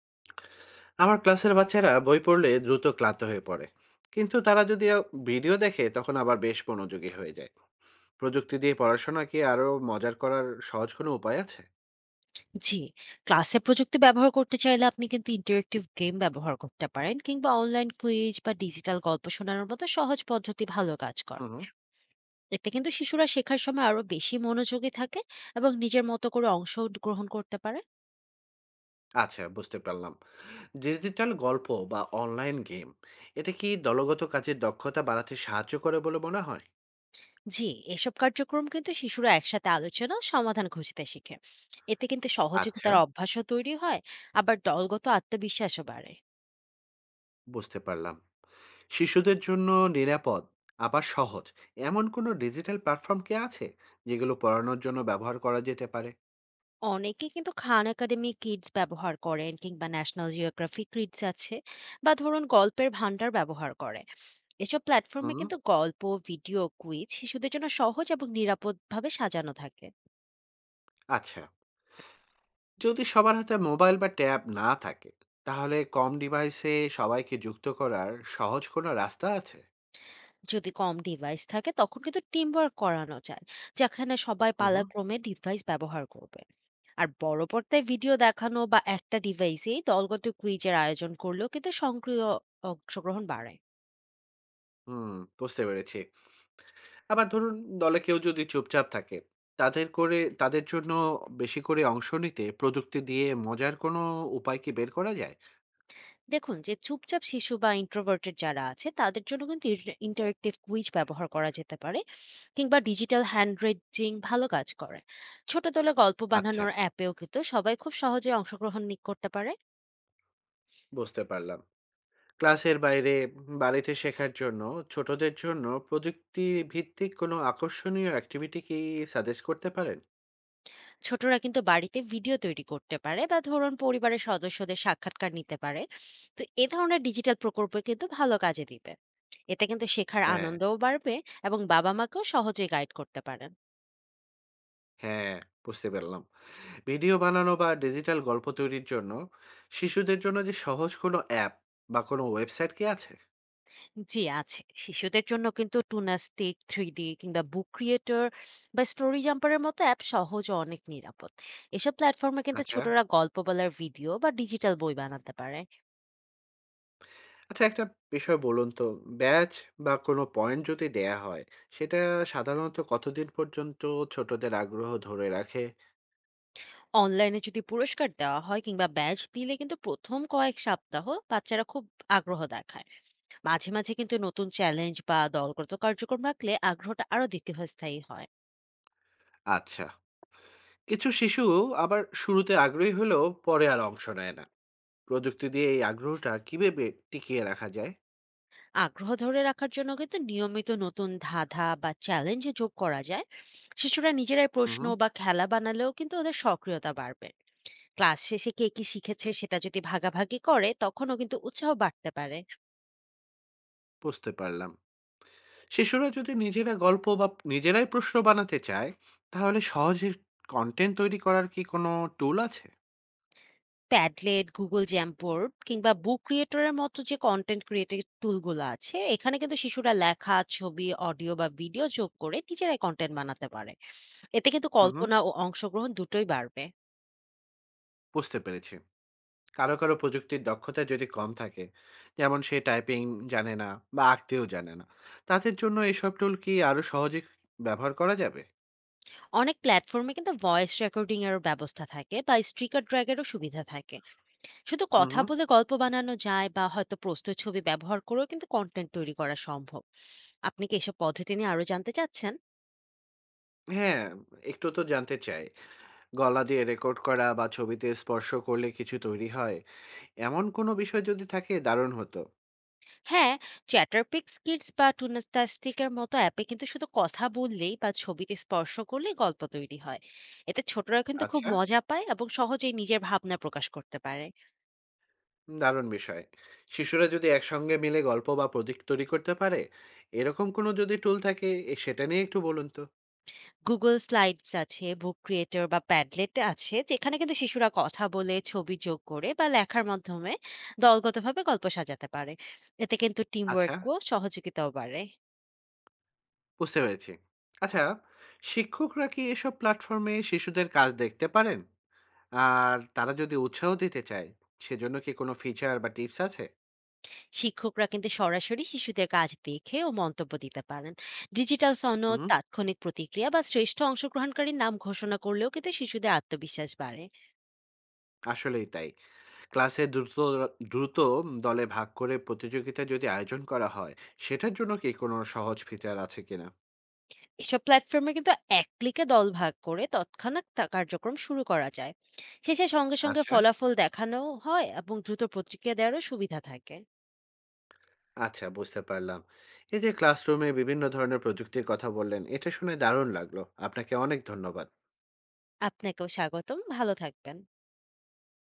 আমার ক্লাসের বাচ্চারা বই পড়লে দ্রুত ক্লান্ত হয়ে পড়ে, কিন্তু তারা যদি ভিডিও দেখে তখন আবার বেশ মনোযোগী হয়ে যায়। প্রযুক্তি দিয়ে পড়াশোনা কি আরো মজার করার সহজ কোনো উপায় আছে? জি, ক্লাসে প্রযুক্তি ব্যবহার করতে চাইলে আপনি কিন্তু ইন্টারেক্টিভ গেম ব্যবহার করতে পারেন কিংবা অনলাইন কুইজ বা ডিজিটাল গল্প শোনানোর মতো সহজ পদ্ধতি ভালো কাজ করে। হুম। এতে কিন্তু শিশুরা শেখার সময় আরো বেশি মনোযোগী থাকে এবং নিজের মতো করে অংশ গ্রহণ করতে পারে। আচ্ছা, বুঝতে পারলাম। ডিজিটাল গল্প বা অনলাইন গেম, এটা কি দলগত কাজের দক্ষতা বাড়াতে সাহায্য করে বলে মনে হয়? জি, এসব কার্যক্রম কিন্তু শিশুরা একসাথে আলোচনা ও সমাধান খুঁজতে শিখে। এতে কিন্তু আচ্ছা, সহযোগিতার অভ্যাসও তৈরি হয়। আবার দলগত আত্মবিশ্বাসও বাড়ে। বুঝতে পারলাম। শিশুদের জন্য নিরাপদ, আবার সহজ, এমন কোনো ডিজিটাল প্ল্যাটফর্ম কি আছে যেগুলো পড়ানোর জন্য ব্যবহার করা যেতে পারে? অনেকে কিন্তু খান একাডেমি কিডস ব্যবহার করেন কিংবা ন্যাশনাল জিওগ্রাফি কিডস আছে, বা ধরুন গল্পের ভান্ডার ব্যবহার করে। এসব প্ল্যাটফর্মে হুম। কিন্তু গল্প, ভিডিও, কুইজ শিশুদের জন্য সহজ এবং নিরাপদভাবে সাজানো থাকে। আচ্ছা, যদি সবার হাতে মোবাইল বা ট্যাব না থাকে, তাহলে কম ডিভাইসে সবাইকে যুক্ত করার সহজ কোনো রাস্তা আছে? যদি কম ডিভাইস থাকে তখন কিন্তু টিম ওয়ার্ক করানো যায়, যেখানে সবাই হুম, হুম। পালাক্রমে ডিভাইস ব্যবহার করবে। আর বড় পর্দায় ভিডিও দেখানো বা একটা ডিভাইসেই দলগত কুইজের আয়োজন করলেও কিন্তু সক্রিয় অংশগ্রহণ বাড়ে। হুম বুঝতে পেরেছি। আবার ধরুন, দলে কেউ যদি চুপচাপ থাকে, তাদের করে তাদের জন্য বেশি করে অংশ নিতে প্রযুক্তি দিয়ে মজার কোনো উপায় কি বের করা যায়? দেখুন, যে চুপচাপ শিশু বা ইন্ট্রোভার্টেড যারা আছে তাদের জন্য কিন্তু ইন্টারেক্টিভ কুইজ ব্যবহার করা যেতে পারে, কিংবা ডিজিটাল হ্যান্ড রেজিং ভালো কাজ করে। ছোট দলে গল্প আচ্ছা, বানানোর অ্যাপেও কিন্তু সবাই খুব সহজে অংশগ্রহণ করতে পারে। বুঝতে পারলাম। ক্লাসের বাইরে বাড়িতে শেখার জন্য ছোটদের জন্য প্রযুক্তি ভিত্তিক কোনো আকর্ষণীয় অ্যাক্টিভিটি কি সাজেস্ট করতে পারেন? ছোটরা কিন্তু বাড়িতে ভিডিও তৈরি করতে পারে বা ধরুন পরিবারের সদস্যদের সাক্ষাৎকার নিতে পারে। তো এ ধরনের ডিজিটাল প্রকল্পে কিন্তু ভালো কাজে দিবে। এতে কিন্তু শেখার হ্যাঁ। আনন্দও বাড়বে এবং বাবা মাকেও সহজে গাইড করতে পারেন। হ্যাঁ, বুঝতে পারলাম। ভিডিও বানানো বা ডিজিটাল গল্প তৈরির জন্য শিশুদের জন্য যে সহজ কোনো অ্যাপ বা কোনো ওয়েবসাইট কি আছে? জি আছে। শিশুদের জন্য কিন্তু টুনা স্টিক, 3D কিংবা বুক ক্রিয়েটর বা স্টোরি জাম্পারের মতো অ্যাপ সহজ ও অনেক নিরাপদ। এসব প্ল্যাটফর্মে কিন্তু আচ্ছা। ছোটরা গল্প বলার ভিডিও বা ডিজিটাল বই বানাতে পারে। আচ্ছা, একটা বিষয় বলুন তো, ব্যাজ বা কোনো পয়েন্ট যদি দেয়া হয়, সেটা সাধারণত কতদিন পর্যন্ত ছোটদের আগ্রহ ধরে রাখে? অনলাইনে যদি পুরস্কার দেওয়া হয় কিংবা ব্যাজ দিলে কিন্তু প্রথম কয়েক সপ্তাহ বাচ্চারা খুব আগ্রহ দেখায়। মাঝে মাঝে কিন্তু নতুন চ্যালেঞ্জ বা দলগত কার্যক্রম রাখলে আগ্রহটা আরো দীর্ঘস্থায়ী হয়। আচ্ছা। কিছু শিশু আবার শুরুতে আগ্রহী হলেও পরে আর অংশ নেয় না। প্রযুক্তি দিয়ে এই আগ্রহটা কিভাবে টিকিয়ে রাখা যায়? আগ্রহ ধরে রাখার জন্য কিন্তু নিয়মিত নতুন ধাঁধা বা চ্যালেঞ্জ যোগ করা যায়। শিশুরা নিজেরাই প্রশ্ন হুম, বা খেলা বানালেও কিন্তু ওদের সক্রিয়তা বাড়বে। ক্লাস শেষে কে কি শিখেছে সেটা যদি ভাগাভাগি করে তখনও কিন্তু উৎসাহ বাড়তে পারে। বুঝতে পারলাম। শিশুরা যদি নিজেরা গল্প বা নিজেরাই প্রশ্ন বানাতে চায়, তাহলে সহজে কন্টেন্ট তৈরি করার কি কোনো টুল আছে? প্যাডলেট, গুগল জ্যামবোর্ড কিংবা বুক ক্রিয়েটরের মতো যে কন্টেন্ট ক্রিয়েটিভ টুলগুলো আছে, এখানে কিন্তু শিশুরা লেখা, ছবি, অডিও বা ভিডিও যোগ করে নিজেরাই কন্টেন্ট বানাতে পারে। এতে কিন্তু হুম, হুম, কল্পনা ও অংশগ্রহণ দুটোই বাড়বে। বুঝতে পেরেছি। কারো কারো প্রযুক্তির দক্ষতা যদি কম থাকে, যেমন সে টাইপিং জানে না বা আঁকতেও জানে না, তাদের জন্য এসব টুল কি আরো সহজে ব্যবহার করা যাবে? অনেক প্ল্যাটফর্মে কিন্তু ভয়েস রেকর্ডিং এরও ব্যবস্থা থাকে বা স্টিকার ড্র্যাগেরও সুবিধা থাকে। শুধু হুম, কথা হুম। বলে গল্প বানানো যায়, বা হয়তো প্রস্তুত ছবি ব্যবহার করেও কিন্তু কন্টেন্ট তৈরি করা সম্ভব। আপনি কি এসব পদ্ধতি নিয়ে আরো জানতে চাচ্ছেন? হ্যাঁ, একটু তো জানতে চাই। গলা দিয়ে রেকর্ড করা বা ছবিতে স্পর্শ করলে কিছু তৈরি হয়, এমন কোনো বিষয় যদি থাকে দারুণ হতো। হ্যাঁ, চ্যাটারপিক্স কিডস বা টুনাস্টাস্টিকের মতো অ্যাপে কিন্তু শুধু কথা বললেই বা ছবিতে স্পর্শ করলেই গল্প তৈরি হয়। এতে ছোটরা কিন্তু খুব আচ্ছা, মজা পায় এবং সহজেই নিজের ভাবনা প্রকাশ করতে পারে। দারুণ বিষয়। শিশুরা যদি একসঙ্গে মিলে গল্প বা প্রতীক তৈরি করতে পারে, এরকম কোনো যদি টুল থাকে, এ সেটা নিয়ে একটু বলুন তো। Google Slides আছে, Book Creator বা Padlet আছে, যেখানে কিন্তু শিশুরা কথা বলে, ছবি যোগ করে বা লেখার মাধ্যমে দলগতভাবে গল্প সাজাতে পারে। এতে কিন্তু আচ্ছা, টিমওয়ার্কও সহযোগিতাও বাড়ে। বুঝতে পেরেছি। আচ্ছা, শিক্ষকরা কি এসব প্ল্যাটফর্মে শিশুদের কাজ দেখতে পারেন? আর তারা যদি উৎসাহ দিতে চায়, সেজন্য কি কোনো ফিচার বা টিপস আছে? শিক্ষকরা কিন্তু সরাসরি শিশুদের কাজ দেখে ও মন্তব্য দিতে পারেন। ডিজিটাল সনদ, হুম, তাৎক্ষণিক প্রতিক্রিয়া বা শ্রেষ্ঠ অংশগ্রহণকারীর নাম ঘোষণা করলেও কিন্তু শিশুদের আত্মবিশ্বাস বাড়ে। আসলেই তাই। ক্লাসে দ্রুত দ্রুত দলে ভাগ করে প্রতিযোগিতা যদি আয়োজন করা হয়, সেটার জন্য কি কোনো সহজ ফিচার আছে কিনা? এসব প্ল্যাটফর্মে কিন্তু এক ক্লিকে দল ভাগ করে তৎক্ষণাৎ তা কার্যক্রম শুরু করা যায়। শেষে সঙ্গে সঙ্গে আচ্ছা। ফলাফল দেখানো হয় এবং দ্রুত প্রতিক্রিয়া দেওয়ারও সুবিধা থাকে। আচ্ছা, বুঝতে পারলাম। এই যে ক্লাসরুমে বিভিন্ন ধরনের প্রযুক্তির কথা বললেন, এটা শুনে দারুণ লাগলো। আপনাকে অনেক ধন্যবাদ। আপনাকেও স্বাগতম, ভালো থাকবেন।